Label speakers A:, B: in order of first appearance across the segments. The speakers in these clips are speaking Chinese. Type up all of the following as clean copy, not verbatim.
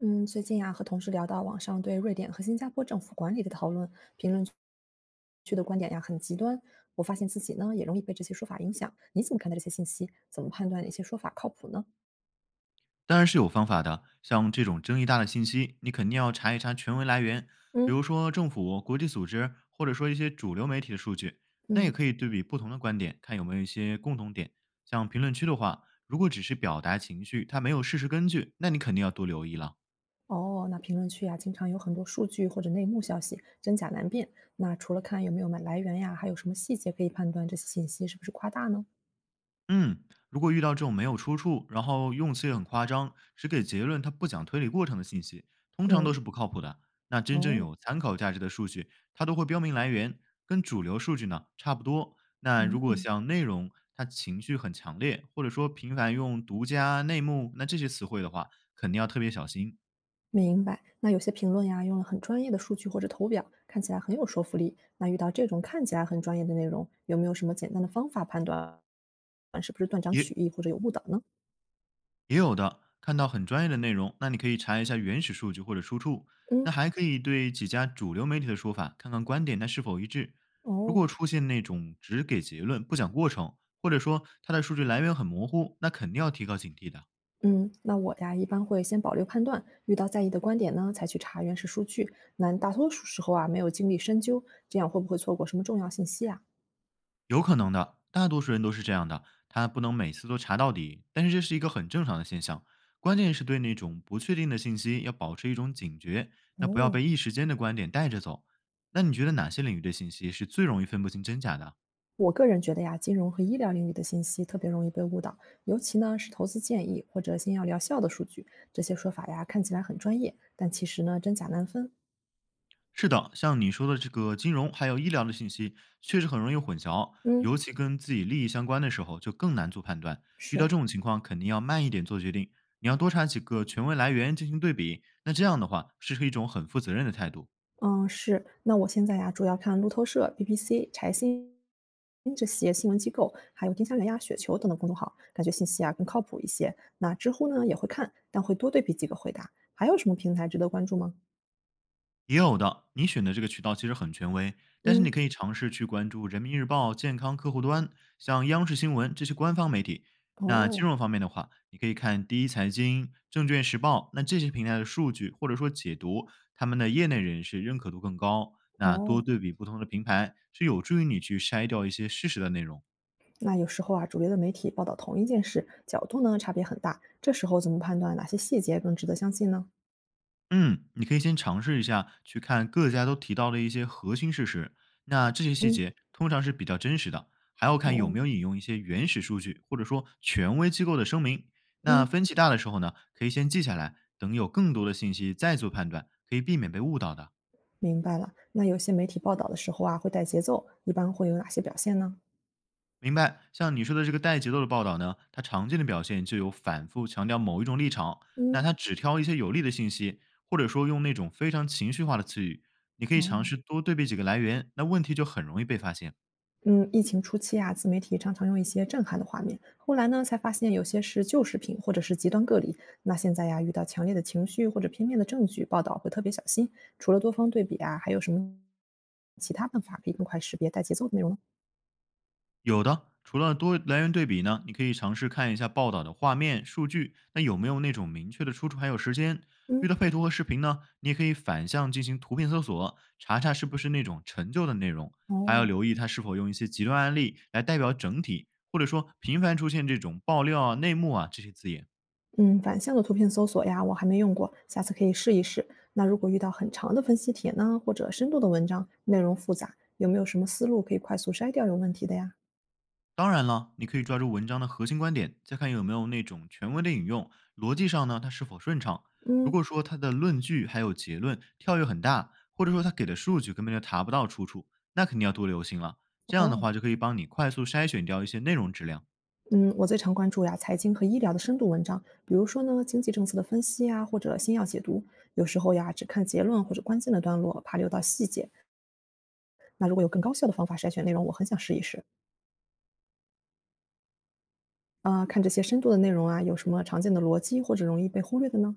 A: 嗯，最近呀、和同事聊到网上对瑞典和新加坡政府管理的讨论，评论区的观点呀、很极端。我发现自己呢也容易被这些说法影响。你怎么看待这些信息？怎么判断哪些说法靠谱呢？
B: 当然是有方法的。像这种争议大的信息，你肯定要查一查权威来源，比
A: 嗯，
B: 如说政府、国际组织，或者说一些主流媒体的数据。那也
A: 嗯，
B: 可以对比不同的观点，看有没有一些共同点。像评论区的话，如果只是表达情绪，它没有事实根据，那你肯定要多留意了。
A: 哦，那评论区呀、经常有很多数据或者内幕消息，真假难辨。那除了看有没有买来源呀，还有什么细节可以判断这些信息是不是夸大呢？
B: 嗯，如果遇到这种没有出处，然后用词也很夸张，只给结论，他不讲推理过程的信息，通常都
A: 嗯，
B: 是不靠谱的。那真正
A: 哦，嗯。
B: 有参考价值的数据，它都会标明来源，跟主流数据呢差不多。那如果
A: 嗯，
B: 像内容，它情绪很强烈，或者说频繁用独家、内幕，那这些词汇的话，肯定要特别小心。
A: 明白。那有些评论呀，用了很专业的数据或者图表，看起来很有说服力。那遇到这种看起来很专业的内容，有没有什么简单的方法判断是不是断章
B: 也
A: 取义或者有误导呢？
B: 也有的，看到很专业的内容，那你可以查一下原始数据或者出处。
A: 嗯，
B: 那还可以对几家主流媒体的说法看看观点它是否一致。如果
A: 哦，
B: 出现那种只给结论不讲过程，或者说它的数据来源很模糊，那肯定要提高警惕的。
A: 嗯，那我呀一般会先保留判断，遇到在意的观点呢，才去查原始数据。那大多数时候啊，没有精力深究，这样会不会错过什么重要信息啊？
B: 有可能的，大多数人都是这样的，他不能每次都查到底，但是这是一个很正常的现象。关键是对那种不确定的信息要保持一种警觉，那不要
A: 哦，
B: 被一时间的观点带着走。那你觉得哪些领域的信息是最容易分不清真假的啊？
A: 我个人觉得呀，金融和医疗领域的信息特别容易被误导，尤其呢是投资建议或者新药疗效的数据，这些说法呀看起来很专业，但其实呢真假难分。
B: 是的，像你说的这个金融还有医疗的信息，确实很容易混淆，尤
A: 嗯，
B: 其跟自己利益相关的时候，就更难做判断。遇到
A: 是，
B: 这种情况，肯定要慢一点做决定，你要多查几个权威来源进行对比。那这样的话，是一种很负责任的态度。
A: 嗯，是。那我现在呀主要看路透社、BBC、财新这些新闻机构，还有丁香园呀、雪球等等公众号，感觉信息啊更靠谱一些。那知乎呢也会看，但会多对比几个回答。还有什么平台值得关注吗？
B: 也有的，你选的这个渠道其实很权威，但是
A: 嗯，
B: 你可以尝试去关注人民日报健康客户端，像央视新闻这些官方媒体。那
A: 哦
B: 金融方面的话，你可以看第一财经、证券时报，那这些平台的数据或者说解读，他们的业内人士认可度更高。那
A: 哦。
B: 多对比不同的平台，是有助于你去筛掉一些事实的内容。
A: 那有时候啊，主流的媒体报道同一件事，角度呢差别很大，这时候怎么判断哪些细节更值得相信呢？
B: 嗯，你可以先尝试一下，去看各家都提到的一些核心事实。那这些细
A: 嗯，
B: 节通常是比较真实的，还要看有
A: 哦，
B: 没有引用一些原始数据，或者说权威机构的声明。那
A: 嗯，
B: 分歧大的时候呢，可以先记下来，等有更多的信息再做判断，可以避免被误导的。
A: 明白了。那有些媒体报道的时候啊，会带节奏，一般会有哪些表现呢？
B: 明白，像你说的这个带节奏的报道呢，它常见的表现就有反复强调某一种立场，那
A: 嗯，
B: 它只挑一些有利的信息，或者说用那种非常情绪化的词语。你可以
A: 哦，
B: 尝试多对比几个来源，那问题就很容易被发现。
A: 嗯，疫情初期啊，自媒体常常用一些震撼的画面，后来呢才发现有些是旧视频或者是极端个例。那现在呀，遇到强烈的情绪或者片面的证据，报道会特别小心。除了多方对比啊，还有什么其他办法可以更快识别带节奏的内容呢？
B: 有的，除了多来源对比呢，你可以尝试看一下报道的画面、数据，那有没有那种明确的出处还有时间？遇
A: 嗯，
B: 到配图和视频呢，你也可以反向进行图片搜索，查查是不是那种陈旧的内容，还要
A: 哦，
B: 留意它是否用一些极端案例来代表整体，或者说频繁出现这种爆料啊、内幕啊这些字眼。
A: 嗯，反向的图片搜索呀，我还没用过，下次可以试一试。那如果遇到很长的分析帖呢，或者深度的文章，内容复杂，有没有什么思路可以快速筛掉有问题的呀？
B: 当然了，你可以抓住文章的核心观点，再看有没有那种权威的引用，逻辑上呢它是否顺畅。如
A: 嗯，
B: 果说它的论据还有结论跳跃很大，或者说它给的数据根本就查不到出处，那肯定要多留心了。这样的
A: 哦，
B: 话就可以帮你快速筛选掉一些内容质量。
A: 嗯，我最常关注呀财经和医疗的深度文章，比如说呢经济政策的分析啊，或者新药解读。有时候呀只看结论或者关键的段落，怕溜到细节。那如果有更高效的方法筛选内容，我很想试一试。啊、看这些深度的内容啊，有什么常见的逻辑或者容易被忽略的呢？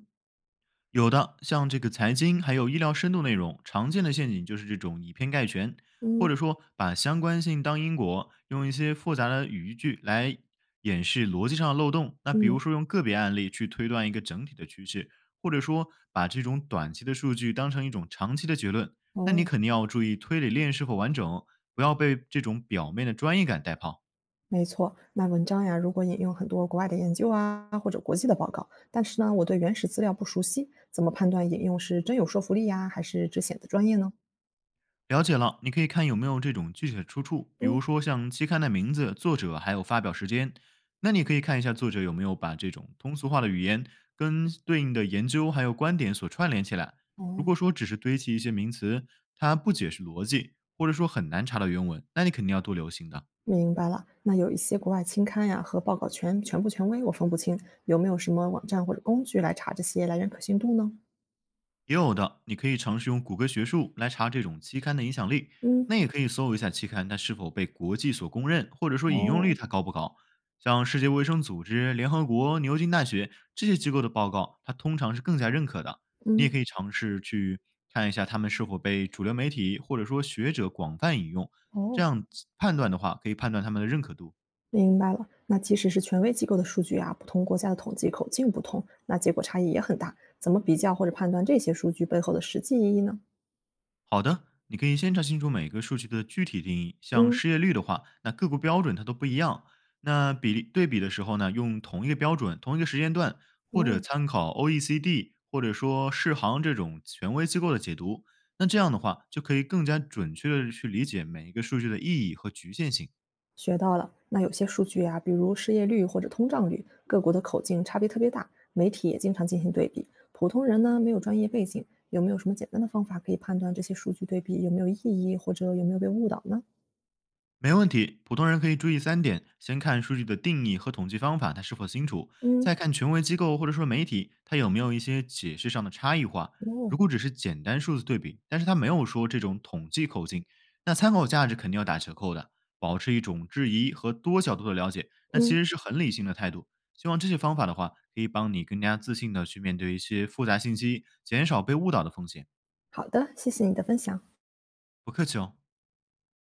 B: 有的，像这个财经还有医疗深度内容，常见的陷阱就是这种以偏概全，或
A: 嗯
B: 者说把相关性当因果，用一些复杂的语句来掩饰逻辑上的漏洞。那比
A: 嗯。
B: 如说用个别案例去推断一个整体的趋势，或者说把这种短期的数据当成一种长期的结论。那你
A: 哦。
B: 肯定要注意推理链是否完整，不要被这种表面的专业感带跑。
A: 没错，那文章呀，如果引用很多国外的研究啊，或者国际的报告，但是呢，我对原始资料不熟悉，怎么判断引用是真有说服力呀，还是只显得专业呢？
B: 了解了，你可以看有没有这种具体的出处，比
A: 嗯，
B: 如说像期刊的名字、作者还有发表时间。那你可以看一下作者有没有把这种通俗化的语言跟对应的研究还有观点所串联起来。如
A: 哦，
B: 果说只是堆砌一些名词，它不解释逻辑，或者说很难查到原文，那你肯定要多留心的。
A: 明白了。那有一些国外期刊呀和报告权全部权威，我分不清，有没有什么网站或者工具来查这些来源可信度呢？
B: 也有的，你可以尝试用谷歌学术来查这种期刊的影响力，那
A: 嗯，
B: 也可以搜一下期刊它是否被国际所公认，或者说引用率
A: 哦，
B: 它高不高。像世界卫生组织、联合国、牛津大学这些机构的报告，它通常是更加认可的。你也
A: 嗯，
B: 可以尝试去看一下他们是否被主流媒体或者说学者广泛引用，这
A: 哦，
B: 样判断的话，可以判断他们的认可度。
A: 明白了，那即使是权威机构的数据啊，不同国家的统计口径不同，那结果差异也很大。怎么比较或者判断这些数据背后的实际意义呢？
B: 好的，你可以先查清楚每个数据的具体定义，像
A: 嗯，
B: 失业率的话，那各国标准它都不一样。那比例对比的时候呢，用同一个标准、同一个时间段，或者
A: 哦，
B: 参考 OECD 或者说世行这种权威机构的解读，那这样的话就可以更加准确的去理解每一个数据的意义和局限性。
A: 学到了。那有些数据啊，比如失业率或者通胀率，各国的口径差别特别大，媒体也经常进行对比。普通人呢，没有专业背景，有没有什么简单的方法可以判断这些数据对比有没有意义，或者有没有被误导呢？
B: 没问题，普通人可以注意三点：先看数据的定义和统计方法，它是否清楚；再
A: 嗯，
B: 看权威机构或者说媒体，它有没有一些解释上的差异化。
A: 哦，
B: 如果只是简单数字对比，但是它没有说这种统计口径，那参考价值肯定要打折扣的。保持一种质疑和多角度的了解，那其
A: 嗯，
B: 实是很理性的态度。希望这些方法的话，可以帮你更加自信的去面对一些复杂信息，减少被误导的风险。
A: 好的，谢谢你的分享。
B: 不客气哦。